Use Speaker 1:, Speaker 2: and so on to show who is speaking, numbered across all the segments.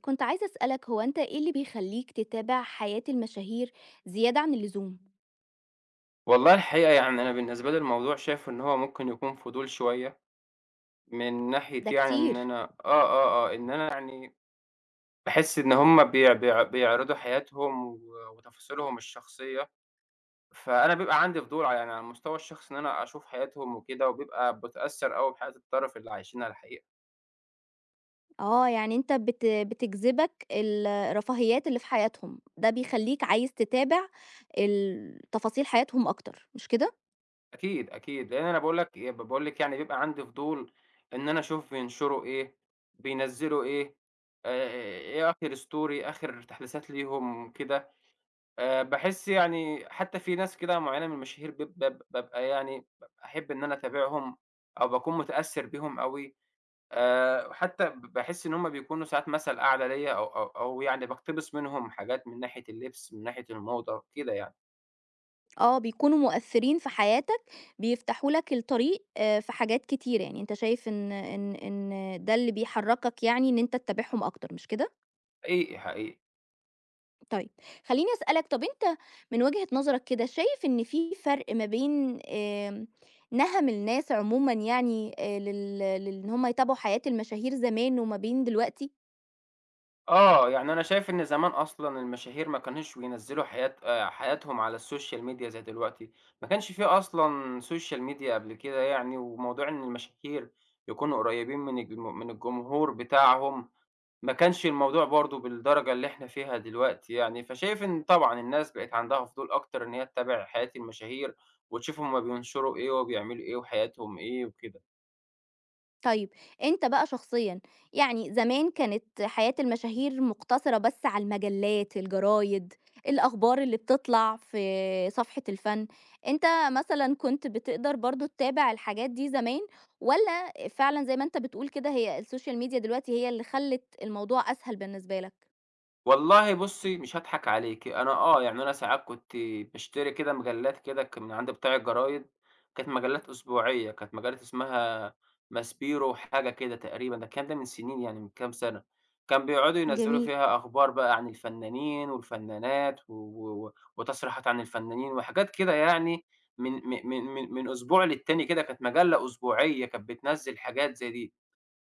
Speaker 1: كنت عايزة أسألك هو أنت إيه اللي بيخلّيك تتابع حياة المشاهير زيادة عن اللزوم؟
Speaker 2: والله الحقيقة يعني أنا بالنسبة لي الموضوع شايف إن هو ممكن يكون فضول شوية، من ناحية
Speaker 1: ده
Speaker 2: يعني إن
Speaker 1: كتير.
Speaker 2: أنا إن أنا يعني باحس إن هُم بيعرضوا حياتهم وتفاصيلهم الشخصية، فأنا بيبقى عندي فضول يعني على المستوى الشخصي إن أنا أشوف حياتهم وكده، وبيبقى باتأثّر أوي بحياة الطرف اللي عايشينها الحقيقة،
Speaker 1: آه، يعني أنت بتجذبك الرفاهيات اللي في حياتهم، ده بيخلّيك عايز تتابع تفاصيل حياتهم أكتر، مش كده؟
Speaker 2: أكيد، أكيد، لإن أنا باقول لك إيه، باقول لِك يعني بيبقى عندي فضول إن أنا أشوف بينشروا إيه، بينزّلوا إيه، آآ، إيه آخر story آخر تحديثات ليهم كده. باحس يعني حتى في ناس كده معيّنة من المشاهير بيب باب بابقى يعني باحب إن أنا أتابعهم أو باكون متأثّر بيهم أوي، وحتى باحس إن هُم بيكونوا ساعات مثل أعلى ليّا أو يعني باقتبس منهم حاجات من ناحية اللبس، من ناحية الموضة، كده يعني.
Speaker 1: آه، بيكونوا مؤثرين في حياتك، بيفتحوا لك الطريق في حاجات كتيرة، يعني أنت شايف إن ده اللي بيحرّكك يعني إن أنت تتابعهم أكتر، مش كده؟
Speaker 2: حقيقي، حقيقي.
Speaker 1: طيب، خلّيني أسألك. طَب أنت من وجهة نظرك كده شايف إن في فرق ما بين نَهَم الناس عمومًا، يعني لل لإن هم يتابعوا حياة المشاهير زمان وما بين دلوقتي؟
Speaker 2: يعني أنا شايف إن زمان أصلًا المشاهير ما كانوش بينزّلوا حياة حياتهم على السوشيال ميديا زي دلوقتي، ما كانش في أصلًا سوشيال ميديا قبل كده يعني، وموضوع إن المشاهير يكونوا قريبين من الجمهور بتاعهم، ما كانش الموضوع برضه بالدرجة اللي إحنا فيها دلوقتي يعني، فشايف إن طبعًا الناس بقت عندها فضول أكتر إن هي تتابع حياة المشاهير، وتشوف هُم بينشروا إيه وبيعملوا إيه وحياتهم إيه وكده.
Speaker 1: طيب أنت بقى شخصيًا، يعني زمان كانت حياة المشاهير مقتصرة بس على المجلات، الجرايد، الأخبار اللي بتطلع في صفحة الفن. أنت مثلًا كنت بتقدر برضه تتابع الحاجات دي زمان، والّا فعلًا زي ما أنت بتقول كده هي السوشيال ميديا دلوقتي هي اللي خلّت الموضوع أسهل بالنسبة لك؟
Speaker 2: والله بُصّي، مش هاضحك عليكِ، أنا يعني أنا ساعات كنت باشتري كده مجلات كده من عند بتاع الجرايد، كانت مجلات أسبوعية، كانت مجلة اسمها ماسبيرو حاجة كده تقريبًا، ده الكلام ده من سنين يعني من كام سنة، كان بيقعدوا ينزّلوا
Speaker 1: جميل.
Speaker 2: فيها أخبار بقى عن الفنانين والفنانات وتصريحات عن الفنانين وحاجات كده يعني من م من من من أسبوع للتاني كده، كانت مجلة أسبوعية كانت بتنزّل حاجات زي دي.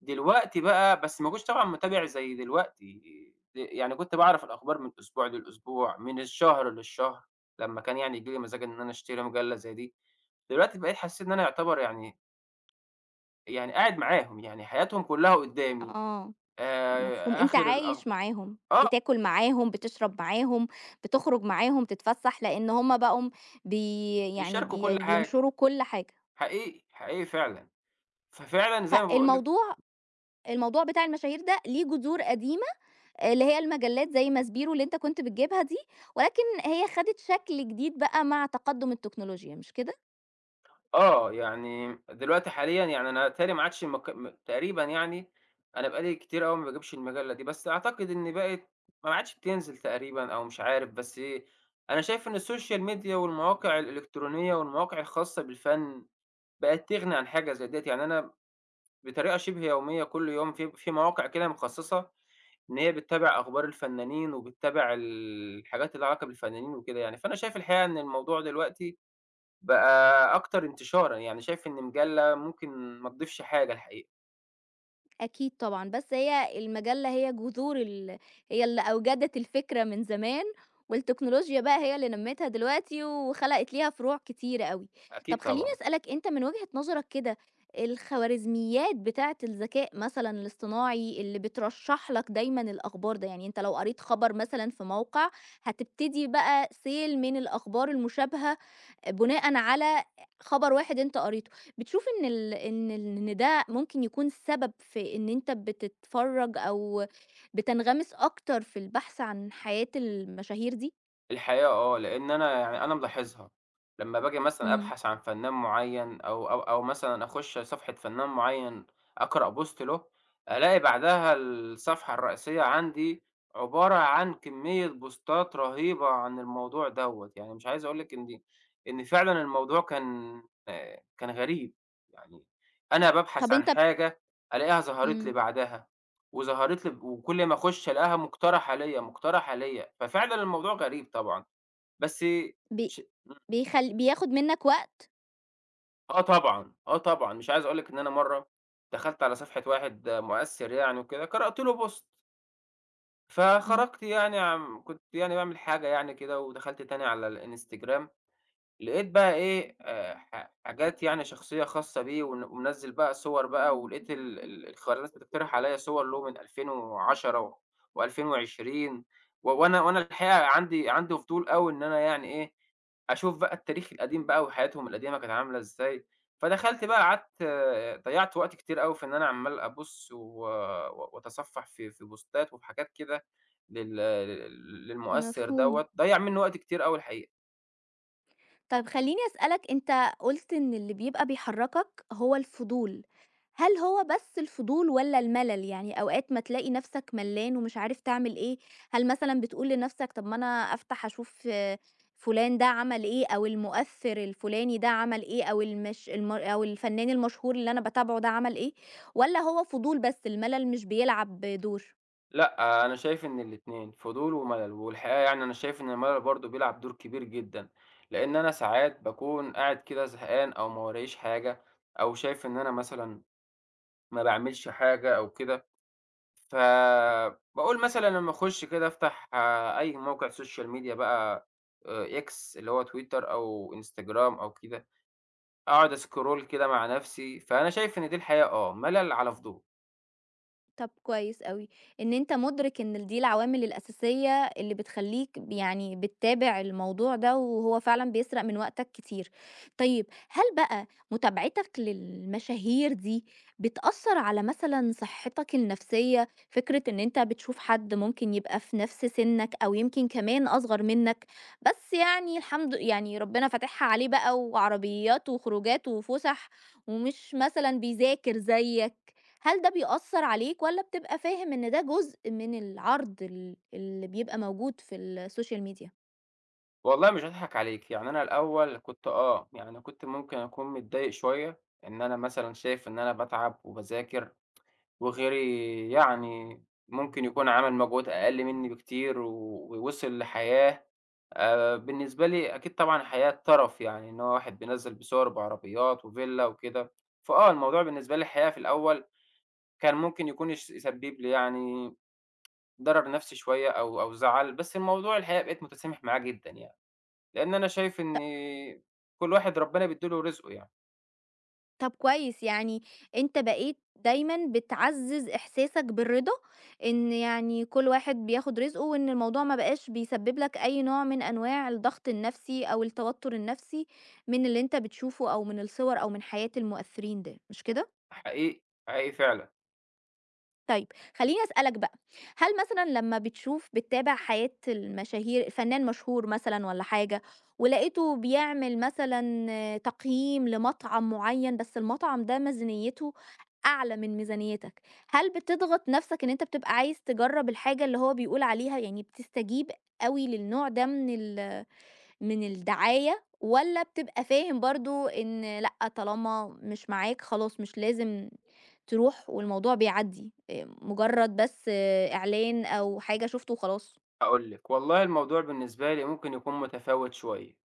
Speaker 2: دلوقتي بقى بس ما كنتش طبعًا متابع زي دلوقتي، يعني كنت باعرف الأخبار من أسبوع للأسبوع، من الشهر للشهر، لمّا كان يعني ييجي لي مزاج إن أنا أشتري مجلة زي دي، دلوقتي بقيت حسّيت إن أنا يعتبر يعني قاعد معاهم، يعني حياتهم كلّها قدّامي،
Speaker 1: آه. مفهوم، أنت
Speaker 2: آخر الأخب
Speaker 1: عايش معاهم،
Speaker 2: آه،
Speaker 1: بتاكل معاهم، بتشرب معاهم، بتخرج معاهم، تتفسّح، لإن هُم بقوا بي يعني
Speaker 2: بيشاركوا كل
Speaker 1: بي
Speaker 2: حاجة،
Speaker 1: بينشروا كل حاجة.
Speaker 2: حقيقي، حقيقي فعلًا، ففعلًا زي ما باقول لِك
Speaker 1: فالموضوع الموضوع بتاع المشاهير ده ليه جذور قديمة، آه، اللي هي المجلات زي ماسبيرو اللي أنت كنت بتجيبها دي، ولكن هي خدت شكل جديد بقى مع تقدُّم التكنولوجيا، مش كده؟
Speaker 2: يعني دلوقتي حاليًا يعني أنا بيتهيأ لي ما عادش مك م تقريبًا يعني أنا بقى لي كتير أوي ما باجيبش المجلة دي، بس أعتقد إن بقت ما عادش بتنزل تقريبًا أو مش عارف، بس إيه، أنا شايف إن السوشيال ميديا والمواقع الإلكترونية والمواقع الخاصة بالفن بقت تغني عن حاجة زي ديّة، يعني أنا بطريقة شبه يومية كل يوم في مواقع كده مخصصة إن هي بتتابع أخبار الفنانين وبتتابع الحاجات اللي لها علاقة بالفنانين وكده يعني، فأنا شايف الحقيقة إن الموضوع دلوقتي بقى أكتر انتشارًا، يعني شايف إن مجلة ممكن ما تضيفش حاجة الحقيقة،
Speaker 1: أكيد طبعًا، بس هي المجلة هي جذور ال هي اللي أوجدت الفكرة من زمان، والتكنولوجيا بقى هي اللي نمّتها دلوقتي وخلقت ليها فروع كتيرة أوي.
Speaker 2: أكيد
Speaker 1: طب خلّيني
Speaker 2: طبعًا.
Speaker 1: أسألك، أنت من وجهة نظرك كده، الخوارزميات بتاعة الذكاء مثلًا الاصطناعي اللي بترشّح لك دايمًا الأخبار ده، يعني أنت لو قريت خبر مثلًا في موقع، هتبتدي بقى سيل من الأخبار المشابهة بناءً على خبر واحد أنت قريته. بتشوف إن ال إن ال إن ده ممكن يكون سبب في إن أنت بتتفرّج أو بتنغمس أكتر في البحث عن حياة المشاهير دي؟
Speaker 2: الحقيقة لإن أنا ملاحظها، لمّا باجي مثلًا
Speaker 1: إمم.
Speaker 2: أبحث عن فنان معيّن أو مثلًا أخُش صفحة فنان معيّن أقرأ post له، ألاقي بعدها الصفحة الرئيسية عندي عبارة عن كمية بوستات رهيبة عن الموضوع دوّة، يعني مش عايز أقول لِك إن دي إن فعلًا الموضوع كان كان غريب، يعني أنا بابحث
Speaker 1: طب
Speaker 2: عن
Speaker 1: أنت. إمم.
Speaker 2: حاجة ألاقيها
Speaker 1: ب
Speaker 2: ظهرت لي
Speaker 1: مم.
Speaker 2: بعدها، وظهرت لي وكل ما أخُش ألاقيها مقترحة ليّا، مقترحة ليّا، ففعلًا الموضوع غريب طبعًا. بس
Speaker 1: بي...
Speaker 2: ش
Speaker 1: بيخل بياخد منّك وقت؟
Speaker 2: آه طبعًا، آه طبعًا، مش عايز أقول لِك إن أنا مرّة دخلت على صفحة واحد مؤثّر يعني وكده، قرأت له post
Speaker 1: إمم.
Speaker 2: فخرجت يعني كنت يعني باعمل حاجة يعني كده ودخلت تاني على الإنستجرام، لقيت بقى إيه، ح حاجات يعني شخصية خاصة بيه ومنزّل بقى صور بقى، ولقيت ال ال الخوارزميات بتقترح عليّا صور له من 2010 و و2020 و وأنا وأنا الحقيقة عندي فضول أوي إن أنا يعني إيه، أشوف بقى التاريخ القديم بقى وحياتهم القديمة كانت عاملة إزاي، فدخلت بقى قعدت ضيّعت وقت كتير أوي في إن أنا عمّال أبُص و و واتصفّح في بوستات وفي حاجات كده لل للمؤثّر
Speaker 1: مفهوم.
Speaker 2: دوّة، ضيّع منّي وقت كتير أوي الحقيقة.
Speaker 1: طيب خلّيني أسألك، أنت قُلت إن اللي بيبقى بيحرّكك هو الفضول، هل هو بس الفضول والّا الملل؟ يعني أوقات ما تلاقي نَفْسك ملّان ومش عارف تعمل إيه، هل مثلًا بتقول لنَفْسك طَب ما أنا أفتح أشوف آه، فُلان ده عمل إيه أو المؤثِّر الفُلاني ده عمل إيه أو المش الم أو الفنان المشهور اللي أنا باتابعه ده عمل إيه، والّا هو فضول بس الملل مش بيلعب دور؟
Speaker 2: لأ، آه، أنا شايف إن الاتنين، فضول وملل، والحقيقة يعني أنا شايف إن الملل برضه بيلعب دور كبير جدًا، لإن أنا ساعات باكون قاعد كده زهقان أو ما وراييش حاجة، أو شايف إن أنا مثلًا ما باعملش حاجة أو كده، فباقول مثلًا لمّا أخش كده أفتح أي موقع سوشيال ميديا بقى X اللي هو تويتر أو إنستجرام أو كده، أقعد أسكرول كده مع نفسي، فأنا شايف إن دي الحقيقة ملل على فضول.
Speaker 1: طب كويس أوي، إن أنت مُدرِك إن دي العوامل الأساسية اللي بتخلّيك ب يعني بتتابع الموضوع ده، وهو فعلًا بيسرق من وقتك كتير. طيب هل بقى متابعتك للمشاهير دي بتأثّر على مثلًا صحتك النفسية؟ فكرة إن أنت بتشوف حد ممكن يبقى في نفس سِنّك أو يمكن كمان أصغر منّك، بس يعني الحمد يعني ربنا فاتحها عليه بقى وعربيات وخروجات وفُسح، ومش مثلًا بيذاكر زيّك. هل ده بيأثّر عليك والّا بتبقى فاهم إن ده جزء من العرض اللي بيبقى موجود في السوشيال ميديا؟
Speaker 2: والله مش هاضحك عليك، يعني أنا الأول كنت ممكن أكون متضايق شوية، إن أنا مثلًا شايف إن أنا باتعب وباذاكر، وغيري يعني ممكن يكون عمل مجهود أقل مني بكتير، ووصل لحياة بالنسبة لي أكيد طبعًا حياة تَرَف يعني، إن هو واحد بينزّل بصور بعربيات وفيلا وكده، فآه الموضوع بالنسبة لي الحقيقة في الأول كان ممكن يكون يسبب لي يعني ضرر نفسي شوية أو أو زعل، بس الموضوع الحقيقة بقيت متسامح معاه جدًا يعني. لإن أنا شايف إن كل واحد ربنا بيدّي له رزقه يعني،
Speaker 1: طب كويس، يعني أنت بقيت دايمًا بتعزّز إحساسك بالرضا، إن يعني كل واحد بياخد رزقه وإن الموضوع ما بقاش بيسبب لك أي نوع من أنواع الضغط النفسي أو التوتر النفسي من اللي أنت بتشوفه أو من الصور أو من حياة المؤثرين ده، مش كده؟
Speaker 2: حقيقي، حقيقي فعلًا.
Speaker 1: طيب خلّيني أسألك بقى، هل مثلًا لمّا بتشوف بتتابع حياة المشاهير فنان مشهور مثلًا والّا حاجة، ولقيته بيعمل مثلًا آه، تقييم لمطعم معيّن بس المطعم ده ميزانيته أعلى من ميزانيتك، هل بتضغط نفسك إن أنت بتبقى عايز تجرّب الحاجة اللي هو بيقول عليها، يعني بتستجيب أوي للنوع ده من من الدعاية، والّا بتبقى فاهم برضه إن لأ، طالما مش معاك خلاص مش لازم تروح والموضوع بيعدّي، مجرّد بس آه، إعلان أو حاجة شُفته وخلاص؟
Speaker 2: هاقول لِك، والله الموضوع بالنسبة لي ممكن يكون متفاوت شوية،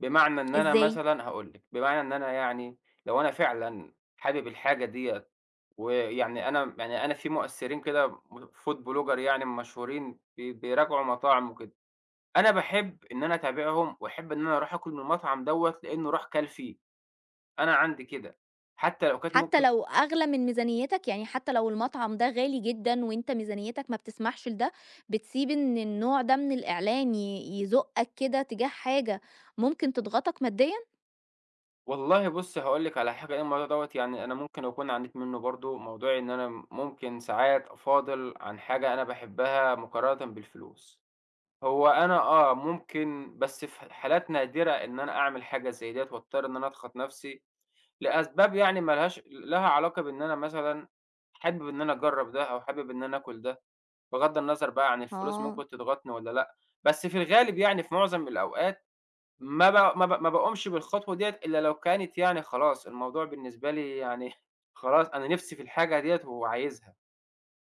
Speaker 2: بمعنى إن أنا
Speaker 1: إزاي؟
Speaker 2: مثلًا هاقول لِك، بمعنى إن أنا يعني لو أنا فعلًا حابب الحاجة ديّة ويعني أنا يعني أنا في مؤثرين كده food blogger يعني مشهورين بيراجعوا مطاعم وكده، أنا باحب إن أنا أتابعهم وأحب إن أنا أروح آكل من المطعم دوّة لإنه راح كَل فيه، أنا عندي كده، حتى لو كانت
Speaker 1: حتى
Speaker 2: ممكن.
Speaker 1: لو أغلى من ميزانيتك، يعني حتى لو المطعم ده غالي جدًا وأنت ميزانيتك ما بتسمحش لده، بتسيب إن النوع ده من الإعلان يزُقّك كده تجاه حاجة ممكن تضغطك ماديًا؟
Speaker 2: والله بُصّي، هاقول لِك على حاجة، ايه الموضوع دوّة يعني أنا ممكن أكون عانيت منّه برضه، موضوع إن أنا ممكن ساعات أفاضل عن حاجة أنا باحبها مقارنةً بالفلوس. هو أنا ممكن بس في حالات نادرة إن أنا أعمل حاجة زي ديّة وأضطر إن أنا أضغط نَفْسي لأسباب يعني ما لهاش لها علاقة بإن أنا مثلًا حابب إن أنا أجرّب ده أو حابب إن أنا آكل ده، بغض النظر بقى عن الفلوس
Speaker 1: آه.
Speaker 2: ممكن تضغطني والّا لأ، بس في الغالب يعني في معظم الأوقات ما باقومش بالخطوة ديّة إلا لو كانت يعني خلاص الموضوع بالنسبة لي يعني خلاص أنا نِفْسي في الحاجة ديّة وعايزها،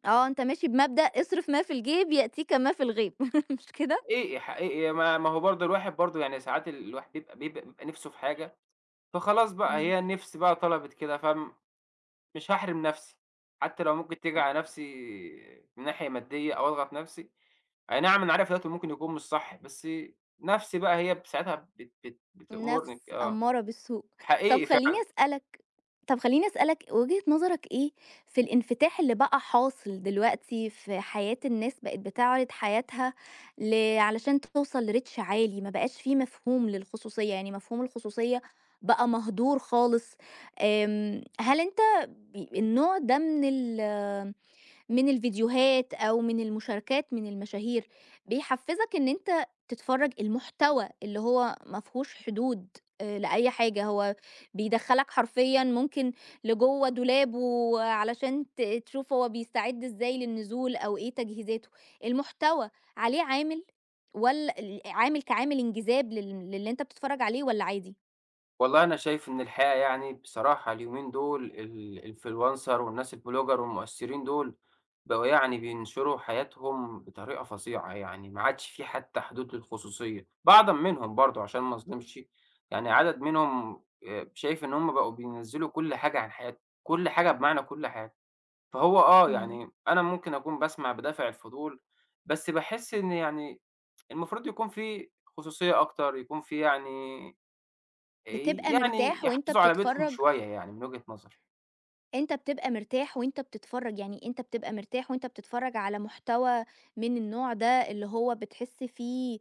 Speaker 1: آه، أنت ماشي بمبدأ اصرف ما في الجيب يأتيك ما في الغيب مش كده؟
Speaker 2: حقيقي، حقيقي ما هو برضه الواحد برضه يعني ساعات الواحد بيبقى نِفْسه في حاجة، فخلاص بقى
Speaker 1: إمم.
Speaker 2: هي النِفْس بقى طلبِت كده، فمش هاحرِم نَفْسي، حتى لو ممكن تيجي على نَفْسي من ناحية مادية أو أضغط نَفْسي، أي نعم أنا عارف دلوقتي ممكن يكون مش صح، بس نَفْسي بقى هي ساعتها بت بت
Speaker 1: نَفْس
Speaker 2: بتأمرني
Speaker 1: أمّارة بالسوء. طَب
Speaker 2: حقيقي
Speaker 1: خلّيني
Speaker 2: فعلًا.
Speaker 1: أسألك طَب خلّيني أسألك وجهة نظرك إيه في الانفتاح اللي بقى حاصل دلوقتي في حياة الناس بقت بتعرض حياتها ل علشان توصل لreach عالي، ما بقاش في مفهوم للخصوصية، يعني مفهوم الخصوصية بقى مهدور خالص. هل أنت النوع ده من من الفيديوهات أو من المشاركات من المشاهير، بيحفّزك إن أنت تتفرّج المحتوى اللي هو ما فيهوش حدود لأي حاجة، هو بيدخّلك حرفيًا ممكن لجوّه دولابه علشان تشوف هو بيستعد إزاي للنزول أو إيه تجهيزاته، المحتوى عليه عامل والّا عامل كعامل إنجذاب للي أنت بتتفرّج عليه، والّا عادي؟
Speaker 2: والله أنا شايف إن الحقيقة يعني بصراحة اليومين دول الإنفلونسر والناس البلوجر والمؤثرين دول بقوا يعني بينشروا حياتهم بطريقة فظيعة يعني ما عادش في حتى حدود للخصوصية بعضا منهم برضو عشان ما أظلمش يعني عدد منهم شايف إن هم بقوا بينزلوا كل حاجة عن حياتهم كل حاجة بمعنى كل حاجة فهو
Speaker 1: إمم.
Speaker 2: يعني أنا ممكن أكون بسمع بدافع الفضول بس بحس إن يعني المفروض يكون في خصوصية أكتر يكون في يعني آآ
Speaker 1: بتبقى
Speaker 2: يعني
Speaker 1: مرتاح وأنت
Speaker 2: يحافظوا على بيتهم
Speaker 1: بتتفرّج.
Speaker 2: شوية يعني من وجهة نظري.
Speaker 1: يعني أنت بتبقى مرتاح وأنت بتتفرّج على محتوى من النوع ده اللي هو بتحس فيه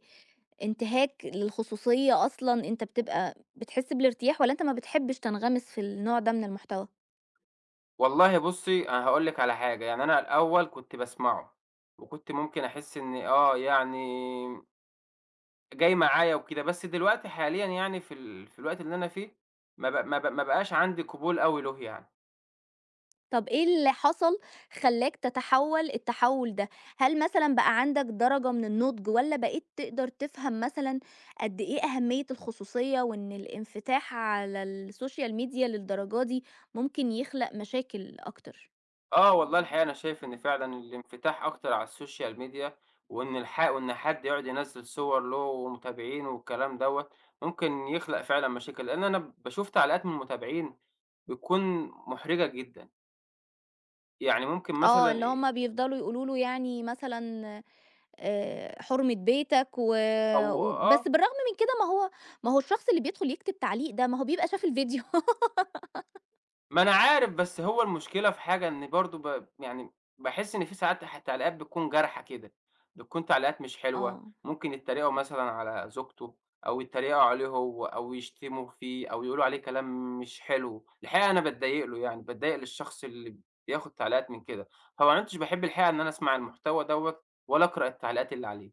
Speaker 1: انتهاك للخصوصية أصلًا، أنت بتبقى بتحس بالارتياح والّا أنت ما بتحبش تنغمس في النوع ده من المحتوى؟
Speaker 2: والله بُصّي، أنا هاقول لِك على حاجة، يعني أنا الأول كنت باسمعه، وكنت ممكن أحس إن يعني جاي معايا وكده، بس دلوقتي حاليًا يعني في الوقت اللي أنا فيه ما بقاش عندي قبول أوي له يعني.
Speaker 1: طَب إيه اللي حصل خلّاك تتحوّل التحوّل ده؟ هل مثلًا بقى عندك درجة من النضج، والّا بقيت تقدر تفهم مثلًا قد إيه أهمية الخصوصية وإن الانفتاح على السوشيال ميديا للدرجة دي ممكن يخلق مشاكل أكتر؟
Speaker 2: آه والله الحقيقة أنا شايف إن فعلًا الانفتاح أكتر على السوشيال ميديا، وإن حد يقعد ينزّل صور له ومتابعينه والكلام دوّة، ممكن يخلق فعلًا مشاكل، لإن أنا باشوف تعليقات من متابعين بتكون مُحرِجة جدًا، يعني ممكن مثلًا
Speaker 1: آه، اللي هُم بيفضلوا يقولوا له يعني مثلًا حُرمة بيتك و،
Speaker 2: أو
Speaker 1: و بس
Speaker 2: آه،
Speaker 1: بالرغم من كده، ما هو الشخص اللي بيدخل يكتب تعليق ده، ما هو بيبقى شاف الفيديو.
Speaker 2: ما أنا عارف بس هو المشكلة في حاجة إن برضه يعني باحس إن في ساعات تعليقات بتكون جارحة كده، بتكون تعليقات مش حلوة،
Speaker 1: آه.
Speaker 2: ممكن يتريقوا مثلًا على زوجته أو يتريقوا عليه هو أو يشتموا فيه أو يقولوا عليه كلام مش حلو، الحقيقة أنا باتضايق له يعني، باتضايق للشخص اللي بياخد تعليقات من كده، فما عُدتش باحب الحقيقة إن أنا أسمع المحتوى دوّة ولا أقرأ التعليقات اللي عليه،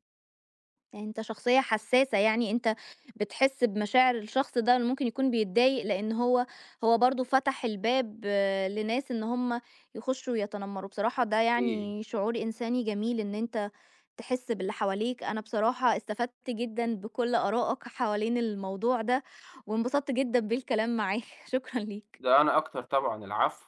Speaker 1: يعني أنت شخصية حساسة، يعني أنت بتحس بمشاعر الشخص ده اللي ممكن يكون بيتضايق، لإن هو برضه فتح الباب آه، لناس إن هم يخشوا يتنمروا. بصراحة ده
Speaker 2: حقيقي،
Speaker 1: يعني شعور إنساني جميل إن أنت تحس باللي حواليك. أنا بصراحة استفدت جدًا بكل آرائك حوالين الموضوع ده، وانبسطت جدًا بالكلام معاك. شكرًا ليك.
Speaker 2: ده أنا أكتر طبعًا، العفو.